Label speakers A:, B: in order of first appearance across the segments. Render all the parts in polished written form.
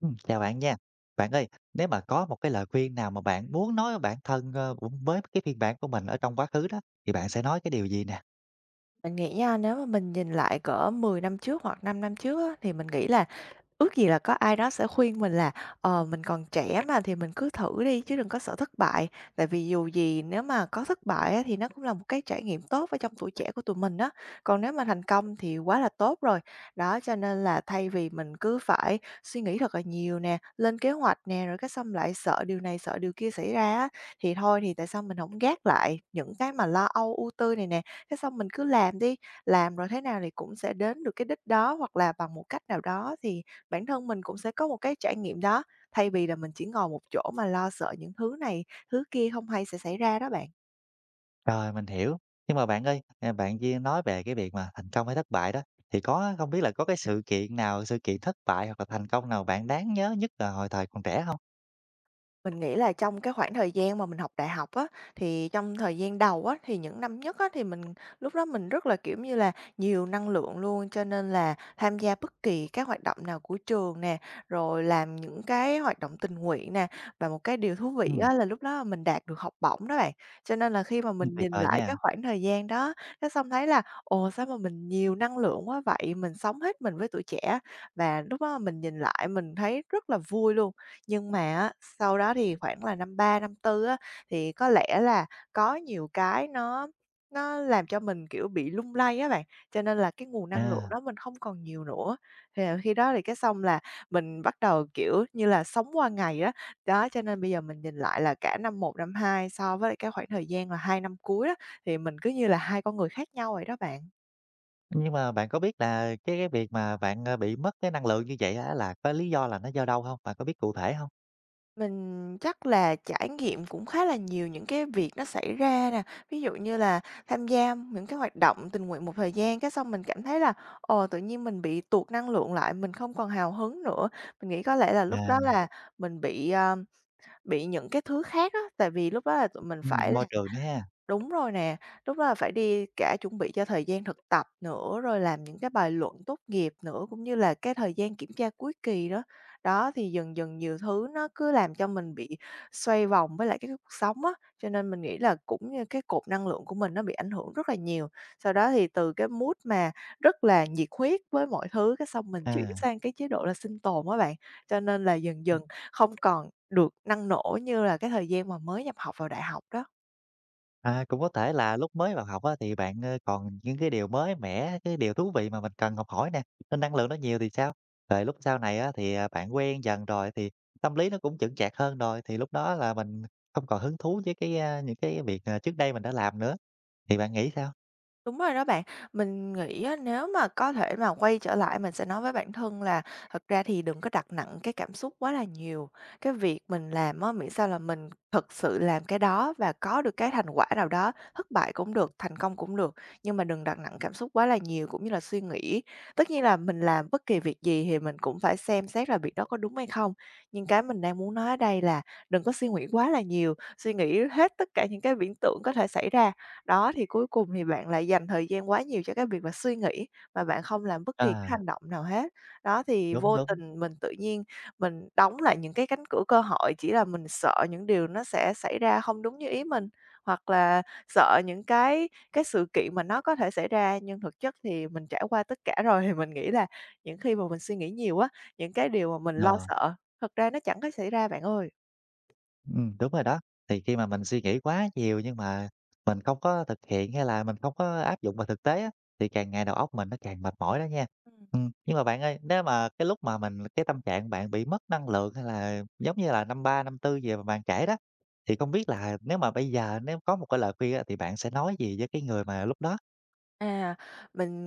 A: Chào bạn nha. Bạn ơi, nếu mà có một cái lời khuyên nào mà bạn muốn nói với bản thân, cũng với cái phiên bản của mình ở trong quá khứ đó, thì bạn sẽ nói cái điều gì nè?
B: Mình nghĩ nha, nếu mà mình nhìn lại cỡ 10 năm trước hoặc 5 năm trước á, thì mình nghĩ là ước gì là có ai đó sẽ khuyên mình là, mình còn trẻ mà thì mình cứ thử đi chứ đừng có sợ thất bại, tại vì dù gì nếu mà có thất bại á thì nó cũng là một cái trải nghiệm tốt ở trong tuổi trẻ của tụi mình á, còn nếu mà thành công thì quá là tốt rồi. Đó, cho nên là thay vì mình cứ phải suy nghĩ thật là nhiều nè, lên kế hoạch nè, rồi cái xong lại sợ điều này, sợ điều kia xảy ra á, thì thôi thì tại sao mình không gác lại những cái mà lo âu, ưu tư này nè, cái xong mình cứ làm đi, làm rồi thế nào thì cũng sẽ đến được cái đích đó, hoặc là bằng một cách nào đó thì bản thân mình cũng sẽ có một cái trải nghiệm đó, thay vì là mình chỉ ngồi một chỗ mà lo sợ những thứ này, thứ kia không hay sẽ xảy ra đó bạn.
A: Rồi, mình hiểu. Nhưng mà bạn ơi, bạn chia nói về cái việc mà thành công hay thất bại đó, thì có không biết là có cái sự kiện nào, sự kiện thất bại hoặc là thành công nào bạn đáng nhớ nhất là hồi thời còn trẻ không?
B: Mình nghĩ là trong cái khoảng thời gian mà mình học đại học á, thì trong thời gian đầu á, thì những năm nhất á, thì mình lúc đó mình rất là, kiểu như là, nhiều năng lượng luôn, cho nên là tham gia bất kỳ các hoạt động nào của trường nè, rồi làm những cái hoạt động tình nguyện nè. Và một cái điều thú vị
A: Ừm,
B: á, là lúc đó mình đạt được học bổng đó bạn, cho nên là khi mà
A: ưm,
B: mình
A: tuyệt
B: nhìn
A: vời
B: lại cái
A: nha.
B: khoảng thời gian đó, cái xong thấy là "Ồ, sao mà mình nhiều năng lượng quá vậy?" Mình sống hết mình với tuổi trẻ và lúc đó mình nhìn lại mình thấy rất là vui luôn. Nhưng mà á, sau đó thì khoảng là năm 3 năm tư á, thì có lẽ là có nhiều cái nó làm cho mình, kiểu, bị lung lay á bạn, cho nên là cái nguồn năng lượng
A: À,
B: đó mình không còn nhiều nữa. Thì là khi đó thì cái xong là mình bắt đầu, kiểu như là, sống qua ngày á. Đó, cho nên bây giờ mình nhìn lại là cả năm một năm 2 so với lại cái khoảng thời gian là 2 năm cuối á, thì mình cứ như là hai con người khác nhau vậy đó bạn.
A: nhưng mà bạn có biết là cái việc mà bạn, bị mất cái năng lượng như vậy á là có lý do là nó do đâu không? Bạn có biết cụ thể không?
B: Mình chắc là trải nghiệm cũng khá là nhiều những cái việc nó xảy ra nè, ví dụ như là tham gia những cái hoạt động tình nguyện một thời gian cái xong mình cảm thấy là, tự nhiên mình bị tuột năng lượng lại, mình không còn hào hứng nữa. Mình nghĩ có lẽ là lúc
A: À,
B: đó là mình bị những cái thứ khác á, tại vì lúc đó là tụi mình phải...
A: môi trường nữa ha.
B: Đúng rồi nè, lúc đó là phải đi cả chuẩn bị cho thời gian thực tập nữa, rồi làm những cái bài luận tốt nghiệp nữa, cũng như là cái thời gian kiểm tra cuối kỳ đó. Đó, thì dần dần nhiều thứ nó cứ làm cho mình bị xoay vòng với lại cái cuộc sống á, cho nên mình nghĩ là cũng như cái cột năng lượng của mình nó bị ảnh hưởng rất là nhiều. Sau đó thì từ cái mood mà rất là nhiệt huyết với mọi thứ, cái xong mình chuyển
A: À.
B: sang cái chế độ là sinh tồn á bạn, cho nên là dần dần không còn được năng nổ như là cái thời gian mà mới nhập học vào đại học đó.
A: À, cũng có thể là lúc mới vào học á, thì bạn, còn những cái điều mới mẻ, cái điều thú vị mà mình cần học hỏi nè, nên năng lượng nó nhiều thì sao? Rồi lúc sau này á, thì, bạn quen dần rồi thì tâm lý nó cũng chững chạc hơn rồi, thì lúc đó là mình không còn hứng thú với những cái việc, trước đây mình đã làm nữa, thì bạn nghĩ sao?
B: Đúng rồi đó bạn. Mình nghĩ á, nếu mà có thể mà quay trở lại mình sẽ nói với bản thân là thật ra thì đừng có đặt nặng cái cảm xúc quá là nhiều. Cái việc mình làm á, miễn sao là mình thực sự làm cái đó và có được cái thành quả nào đó, thất bại cũng được, thành công cũng được, nhưng mà đừng đặt nặng cảm xúc quá là nhiều cũng như là suy nghĩ. Tất nhiên là mình làm bất kỳ việc gì thì mình cũng phải xem xét là việc đó có đúng hay không, nhưng cái mình đang muốn nói ở đây là đừng có suy nghĩ quá là nhiều, suy nghĩ hết tất cả những cái viễn tưởng có thể xảy ra đó, thì cuối cùng thì bạn lại dành thời gian quá nhiều cho cái việc mà suy nghĩ mà bạn không làm bất kỳ cái
A: À,
B: hành động nào hết. Đó, thì
A: đúng,
B: vô
A: đúng,
B: tình mình tự nhiên mình đóng lại những cái cánh cửa cơ hội, chỉ là mình sợ những điều nó sẽ xảy ra không đúng như ý mình, hoặc là sợ những cái sự kiện mà nó có thể xảy ra, nhưng thực chất thì mình trải qua tất cả rồi. Thì mình nghĩ là những khi mà mình suy nghĩ nhiều á, những cái điều mà mình lo
A: ờ.
B: sợ, thật ra nó chẳng có xảy ra bạn ơi.
A: Đúng rồi đó. Thì khi mà mình suy nghĩ quá nhiều nhưng mà mình không có thực hiện hay là mình không có áp dụng vào thực tế á, thì càng ngày đầu óc mình nó càng mệt mỏi đó nha.
B: Ừ.
A: Nhưng mà bạn ơi, nếu mà cái lúc mà mình cái tâm trạng bạn bị mất năng lượng hay là giống như là năm ba, năm tư gì mà bạn kể đó, thì không biết là nếu mà bây giờ nếu có một cái lời khuyên á, thì bạn sẽ nói gì với cái người mà lúc đó?
B: À, mình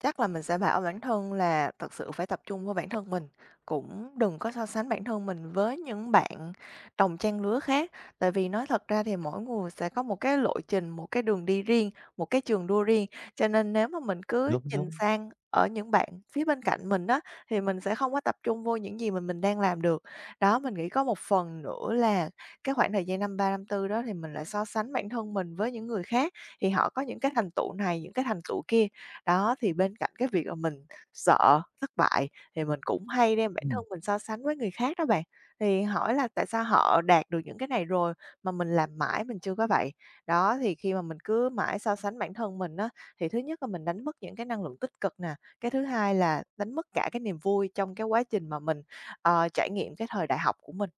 B: chắc là mình sẽ bảo bản thân là thật sự phải tập trung vào bản thân mình, cũng đừng có so sánh bản thân mình với những bạn đồng trang lứa khác. Tại vì nói thật ra thì mỗi người sẽ có một cái lộ trình, một cái đường đi riêng, một cái trường đua riêng, cho nên nếu mà mình cứ
A: Đúng,
B: nhìn
A: đúng.
B: sang ở những bạn phía bên cạnh mình đó thì mình sẽ không có tập trung vô những gì mình đang làm được. Đó, mình nghĩ có một phần nữa là cái khoảng thời gian năm 3 năm tư đó thì mình lại so sánh bản thân mình với những người khác thì họ có những cái thành tựu này, những cái thành tựu kia. Đó, thì bên cạnh cái việc là mình sợ thất bại thì mình cũng hay đem bản thân
A: Ừm.
B: mình so sánh với người khác đó bạn. Thì hỏi là tại sao họ đạt được những cái này rồi mà mình làm mãi mình chưa có vậy. Đó, thì khi mà mình cứ mãi so sánh bản thân mình á, thì thứ nhất là mình đánh mất những cái năng lượng tích cực nè, cái thứ hai là đánh mất cả cái niềm vui trong cái quá trình mà mình, trải nghiệm cái thời đại học của mình.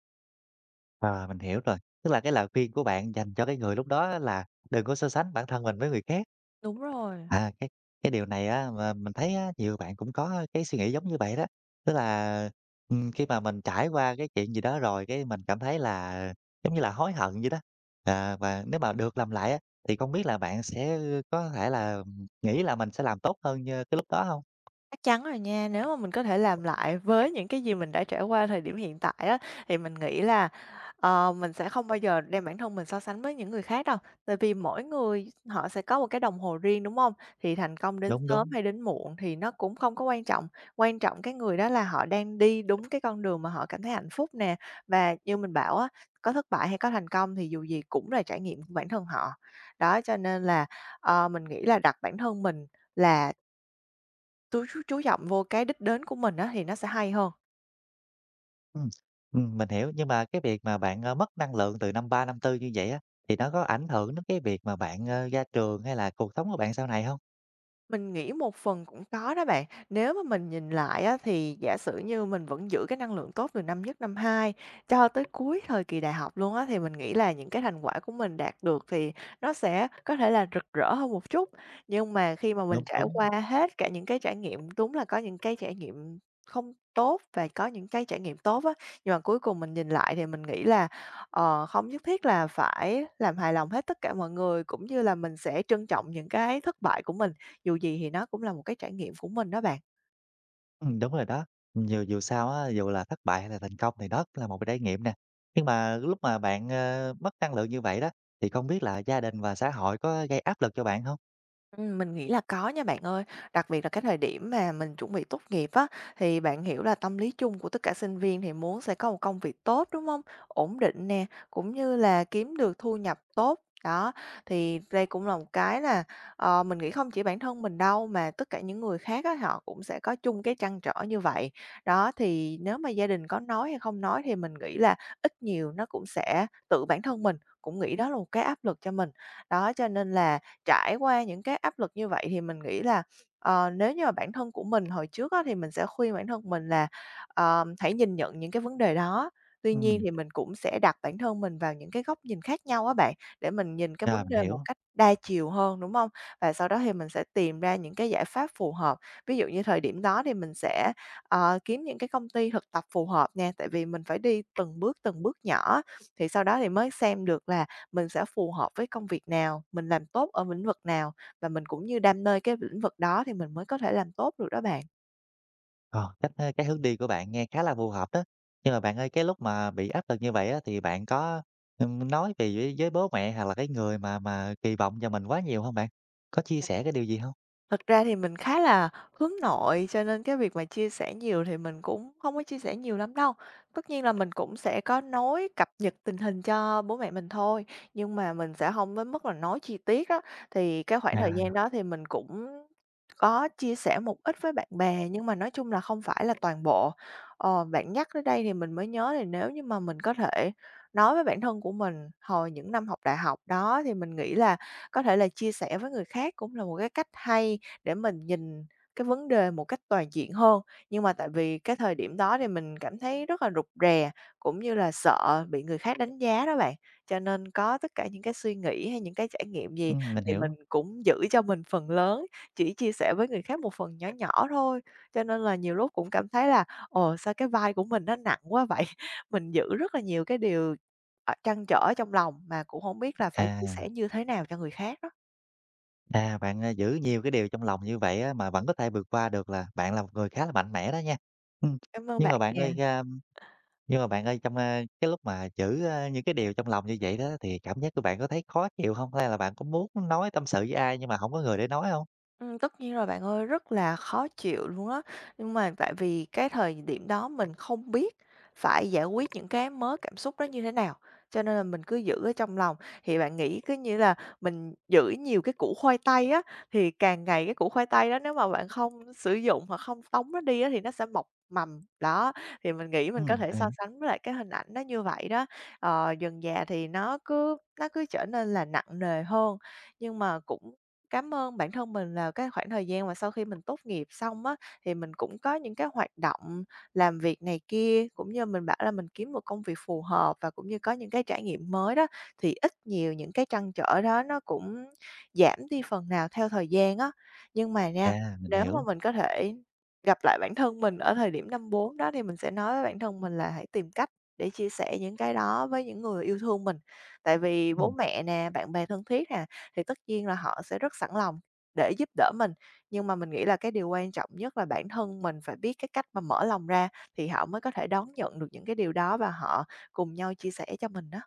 A: À, mình hiểu rồi. Tức là cái lời khuyên của bạn dành cho cái người lúc đó á là đừng có so sánh bản thân mình với người khác.
B: Đúng rồi.
A: À, cái điều này á, mà mình thấy á, nhiều bạn cũng có cái suy nghĩ giống như vậy đó. Tức là, khi mà mình trải qua cái chuyện gì đó rồi, cái mình cảm thấy là giống như là hối hận vậy đó. À, và nếu mà được làm lại á, thì không biết là bạn sẽ có thể là nghĩ là mình sẽ làm tốt hơn, cái lúc đó không?
B: Chắc chắn rồi nha, nếu mà mình có thể làm lại với những cái gì mình đã trải qua thời điểm hiện tại á, thì mình nghĩ là, mình sẽ không bao giờ đem bản thân mình so sánh với những người khác đâu. Tại vì mỗi người họ sẽ có một cái đồng hồ riêng, đúng không? Thì thành công đến
A: Đúng,
B: sớm
A: đúng.
B: hay đến muộn thì nó cũng không có quan trọng cái người đó là họ đang đi đúng cái con đường mà họ cảm thấy hạnh phúc nè. Và như mình bảo á, có thất bại hay có thành công thì dù gì cũng là trải nghiệm của bản thân họ. Đó, cho nên là, mình nghĩ là đặt bản thân mình là tui chú trọng vô cái đích đến của mình á thì nó sẽ hay hơn.
A: Ừm, mình hiểu, nhưng mà cái việc mà bạn, mất năng lượng từ năm 3 năm tư như vậy á, thì nó có ảnh hưởng đến cái việc mà bạn, ra trường hay là cuộc sống của bạn sau này không?
B: Mình nghĩ một phần cũng có đó bạn. Nếu mà mình nhìn lại á, thì giả sử như mình vẫn giữ cái năng lượng tốt từ năm nhất, năm hai cho tới cuối thời kỳ đại học luôn á, thì mình nghĩ là những cái thành quả của mình đạt được thì nó sẽ có thể là rực rỡ hơn một chút. Nhưng mà khi mà mình
A: Đúng,
B: trải
A: đúng.
B: qua hết cả những cái trải nghiệm, đúng là có những cái trải nghiệm không tốt và có những cái trải nghiệm tốt á, nhưng mà cuối cùng mình nhìn lại thì mình nghĩ là, không nhất thiết là phải làm hài lòng hết tất cả mọi người, cũng như là mình sẽ trân trọng những cái thất bại của mình dù gì thì nó cũng là một cái trải nghiệm của mình đó bạn.
A: Đúng rồi đó. Dù dù sao á, dù là thất bại hay là thành công thì đó cũng là một cái trải nghiệm nè. Nhưng mà lúc mà bạn, mất năng lượng như vậy đó, thì không biết là gia đình và xã hội có gây áp lực cho bạn không?
B: Mình nghĩ là có nha bạn ơi. Đặc biệt là cái thời điểm mà mình chuẩn bị tốt nghiệp á, thì bạn hiểu là tâm lý chung của tất cả sinh viên thì muốn sẽ có một công việc tốt, đúng không? Ổn định nè, cũng như là kiếm được thu nhập tốt. Đó, thì đây cũng là một cái là, mình nghĩ không chỉ bản thân mình đâu, mà tất cả những người khác á, họ cũng sẽ có chung cái trăn trở như vậy. Đó, thì nếu mà gia đình có nói hay không nói thì mình nghĩ là ít nhiều nó cũng sẽ tự bản thân mình cũng nghĩ đó là một cái áp lực cho mình. Đó, cho nên là trải qua những cái áp lực như vậy thì mình nghĩ là, nếu như mà bản thân của mình hồi trước á, thì mình sẽ khuyên bản thân mình là, hãy nhìn nhận những cái vấn đề đó. Tuy nhiên
A: Ừm,
B: thì mình cũng sẽ đặt bản thân mình vào những cái góc nhìn khác nhau á bạn, để mình nhìn cái
A: rồi,
B: vấn
A: mình
B: đề một
A: hiểu.
B: cách đa chiều hơn, đúng không? Và sau đó thì mình sẽ tìm ra những cái giải pháp phù hợp. Ví dụ như thời điểm đó thì mình sẽ, kiếm những cái công ty thực tập phù hợp nha, tại vì mình phải đi từng bước nhỏ, thì sau đó thì mới xem được là mình sẽ phù hợp với công việc nào, mình làm tốt ở lĩnh vực nào, và mình cũng như đam mê cái lĩnh vực đó thì mình mới có thể làm tốt được đó bạn.
A: Ờ, cái hướng đi của bạn nghe khá là phù hợp đó. Nhưng mà bạn ơi, cái lúc mà bị áp lực như vậy á, thì bạn có, nói về với bố mẹ hoặc là cái người mà kỳ vọng vào mình quá nhiều không bạn? Có chia sẻ cái điều gì không?
B: Thật ra thì mình khá là hướng nội, cho nên cái việc mà chia sẻ nhiều thì mình cũng không có chia sẻ nhiều lắm đâu. Tất nhiên là mình cũng sẽ có nói cập nhật tình hình cho bố mẹ mình thôi, nhưng mà mình sẽ không đến mức là nói chi tiết á. Thì cái khoảng
A: À.
B: thời gian đó thì mình cũng có chia sẻ một ít với bạn bè, nhưng mà nói chung là không phải là toàn bộ. Ờ, bạn nhắc tới đây thì mình mới nhớ, thì nếu như mà mình có thể nói với bản thân của mình hồi những năm học đại học đó, thì mình nghĩ là có thể là chia sẻ với người khác cũng là một cái cách hay để mình nhìn cái vấn đề một cách toàn diện hơn. Nhưng mà tại vì cái thời điểm đó thì mình cảm thấy rất là rụt rè, cũng như là sợ bị người khác đánh giá đó bạn. Cho nên có tất cả những cái suy nghĩ hay những cái trải nghiệm gì
A: Mình
B: thì mình
A: hiểu.
B: cũng giữ cho mình phần lớn, chỉ chia sẻ với người khác một phần nhỏ nhỏ thôi. Cho nên là nhiều lúc cũng cảm thấy là "Ồ, sao cái vai của mình nó nặng quá vậy?" Mình giữ rất là nhiều cái điều, trăn trở trong lòng, mà cũng không biết là phải chia
A: À,
B: sẻ như thế nào cho người khác đó.
A: bạn, giữ nhiều cái điều trong lòng như vậy á, mà vẫn có thể vượt qua được là bạn là một người khá là mạnh mẽ đó nha. Ừm,
B: Cảm ơn
A: nhưng
B: bạn
A: mà bạn
B: nè.
A: ơi, a, nhưng mà bạn ơi, trong, cái lúc mà giữ, những cái điều trong lòng như vậy đó, thì cảm giác của bạn có thấy khó chịu không? Hay là bạn có muốn nói tâm sự với ai nhưng mà không có người để nói không?
B: Tất nhiên rồi bạn ơi, rất là khó chịu luôn á. Nhưng mà tại vì cái thời điểm đó mình không biết phải giải quyết những cái mớ cảm xúc đó như thế nào, cho nên là mình cứ giữ ở trong lòng. Thì bạn nghĩ cứ như là mình giữ nhiều cái củ khoai tây á, thì càng ngày cái củ khoai tây đó, nếu mà bạn không sử dụng hoặc không tống nó đi á, thì nó sẽ mọc mầm. Đó, thì mình nghĩ
A: Ừ.
B: mình có thể so sánh với lại cái hình ảnh nó như vậy đó. Dần dà thì nó cứ trở nên là nặng nề hơn, nhưng mà cũng cảm ơn bản thân mình là cái khoảng thời gian mà sau khi mình tốt nghiệp xong á, thì mình cũng có những cái hoạt động làm việc này kia, cũng như mình bảo là mình kiếm một công việc phù hợp và cũng như có những cái trải nghiệm mới đó, thì ít nhiều những cái trăn trở đó nó cũng giảm đi phần nào theo thời gian á. Nhưng mà nha,
A: À, mình
B: nếu mà
A: hiểu.
B: mình có thể gặp lại bản thân mình ở thời điểm năm 4 đó, thì mình sẽ nói với bản thân mình là hãy tìm cách để chia sẻ những cái đó với những người yêu thương mình. Tại vì bố
A: Ừm,
B: mẹ nè, bạn bè thân thiết nè, thì tất nhiên là họ sẽ rất sẵn lòng để giúp đỡ mình. Nhưng mà mình nghĩ là cái điều quan trọng nhất là bản thân mình phải biết cái cách mà mở lòng ra, thì họ mới có thể đón nhận được những cái điều đó và họ cùng nhau chia sẻ cho mình đó.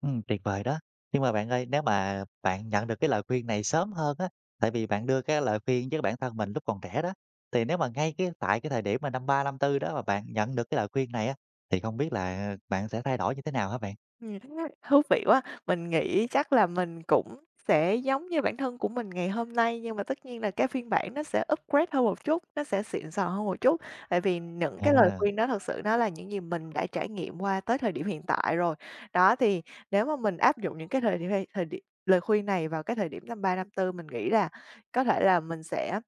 A: tuyệt vời đó. Nhưng mà bạn ơi, nếu mà bạn nhận được cái lời khuyên này sớm hơn á, tại vì bạn đưa cái lời khuyên với bản thân mình lúc còn trẻ đó, thì nếu mà ngay cái tại cái thời điểm mà năm 3 năm tư đó mà bạn nhận được cái lời khuyên này á, thì không biết là bạn sẽ thay đổi như thế nào hả bạn?
B: Ừm, thú vị quá. Mình nghĩ chắc là mình cũng sẽ giống như bản thân của mình ngày hôm nay, nhưng mà tất nhiên là cái phiên bản nó sẽ upgrade hơn một chút, nó sẽ xịn sò hơn một chút. Tại vì những cái lời
A: À,
B: khuyên đó thật sự nó là những gì mình đã trải nghiệm qua tới thời điểm hiện tại rồi. Đó, thì nếu mà mình áp dụng những cái thời điểm lời khuyên này vào cái thời điểm năm 3 năm tư, mình nghĩ là có thể là mình sẽ,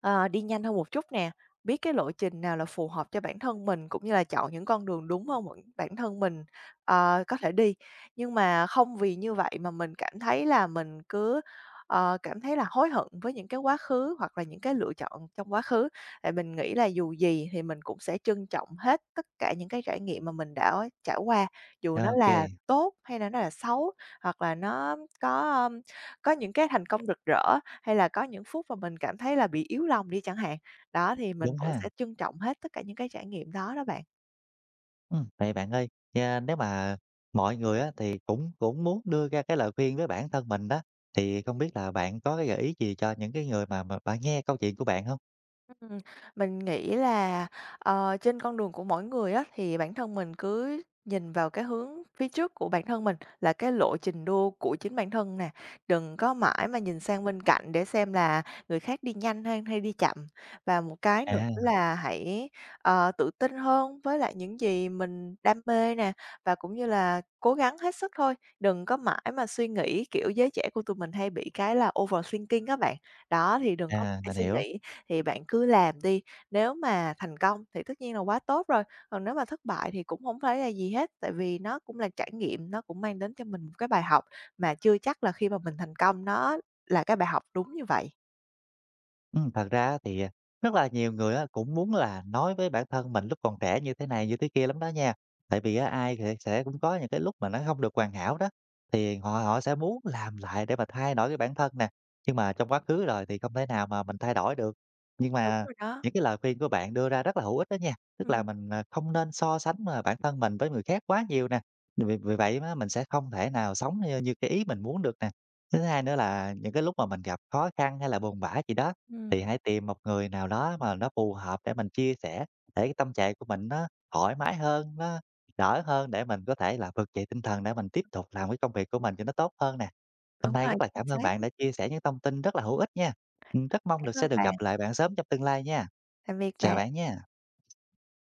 B: đi nhanh hơn một chút nè, biết cái lộ trình nào là phù hợp cho bản thân mình, cũng như là chọn những con đường đúng hơn bản bản thân mình có thể đi. Nhưng mà không vì như vậy mà mình cảm thấy là mình cứ, cảm thấy là hối hận với những cái quá khứ hoặc là những cái lựa chọn trong quá khứ. Tại mình nghĩ là dù gì thì mình cũng sẽ trân trọng hết tất cả những cái trải nghiệm mà mình đã trải qua, dù nó
A: ô
B: là tốt hay là nó là xấu, hoặc là nó có những cái thành công rực rỡ, hay là có những phút mà mình cảm thấy là bị yếu lòng đi chẳng hạn. Đó, thì mình
A: đúng
B: vẫn
A: ha.
B: sẽ trân trọng hết tất cả những cái trải nghiệm đó đó bạn.
A: Vậy bạn ơi, nha, nếu mà mọi người á, thì cũng cũng muốn đưa ra cái lời khuyên với bản thân mình đó, thì không biết là bạn có cái gợi ý gì cho những cái người mà bạn nghe câu chuyện của bạn không?
B: Ừm, mình nghĩ là, trên con đường của mỗi người á, thì bản thân mình cứ nhìn vào cái hướng phía trước của bản thân mình, là cái lộ trình đua của chính bản thân nè. Đừng có mãi mà nhìn sang bên cạnh để xem là người khác đi nhanh hay hay đi chậm. Và một cái nữa
A: À,
B: là hãy, tự tin hơn với lại những gì mình đam mê nè, và cũng như là cố gắng hết sức thôi. Đừng có mãi mà suy nghĩ, kiểu, giới trẻ của tụi mình hay bị cái là overthinking các bạn. Đó, thì đừng có mãi
A: mình
B: suy
A: hiểu.
B: nghĩ, thì bạn cứ làm đi. Nếu mà thành công thì tất nhiên là quá tốt rồi, còn nếu mà thất bại thì cũng không phải là gì hết, tại vì nó cũng là trải nghiệm, nó cũng mang đến cho mình một cái bài học mà chưa chắc là khi mà mình thành công nó là cái bài học đúng như vậy.
A: Thật ra thì, rất là nhiều người á cũng muốn là nói với bản thân mình lúc còn trẻ như thế này, như thế kia lắm đó nha. Tại vì á ai thì sẽ cũng có những cái lúc mà nó không được hoàn hảo đó, thì họ họ sẽ muốn làm lại để mà thay đổi cái bản thân nè, nhưng mà trong quá khứ rồi thì không thể nào mà mình thay đổi được. Nhưng
B: Đúng
A: mà
B: rồi đó.
A: những cái lời khuyên của bạn đưa ra rất là hữu ích đó nha, tức là
B: Ừm,
A: mình, không nên so sánh, mà bản thân mình với người khác quá nhiều nè, vì vì vậy mà mình sẽ không thể nào sống như như cái ý mình muốn được nè. Thứ hai nữa là những cái lúc mà mình gặp khó khăn hay là buồn bã gì đó
B: ừm.
A: thì hãy tìm một người nào đó mà nó phù hợp để mình chia sẻ, để cái tâm trạng của mình nó thoải mái hơn, nó đỡ hơn để mình có thể là vực dậy tinh thần để mình tiếp tục làm cái công việc của mình cho nó tốt hơn nè. Hôm
B: Đúng
A: nay
B: rồi,
A: rất là
B: chính
A: cảm ơn
B: xác
A: bạn
B: á.
A: đã chia sẻ những thông tin rất là hữu ích nha. Rất mong
B: Cảm
A: được
B: ơn
A: sẽ được
B: bạn.
A: gặp lại bạn sớm trong tương lai nha.
B: Tạm biệt
A: Chào
B: bạn.
A: bạn nha.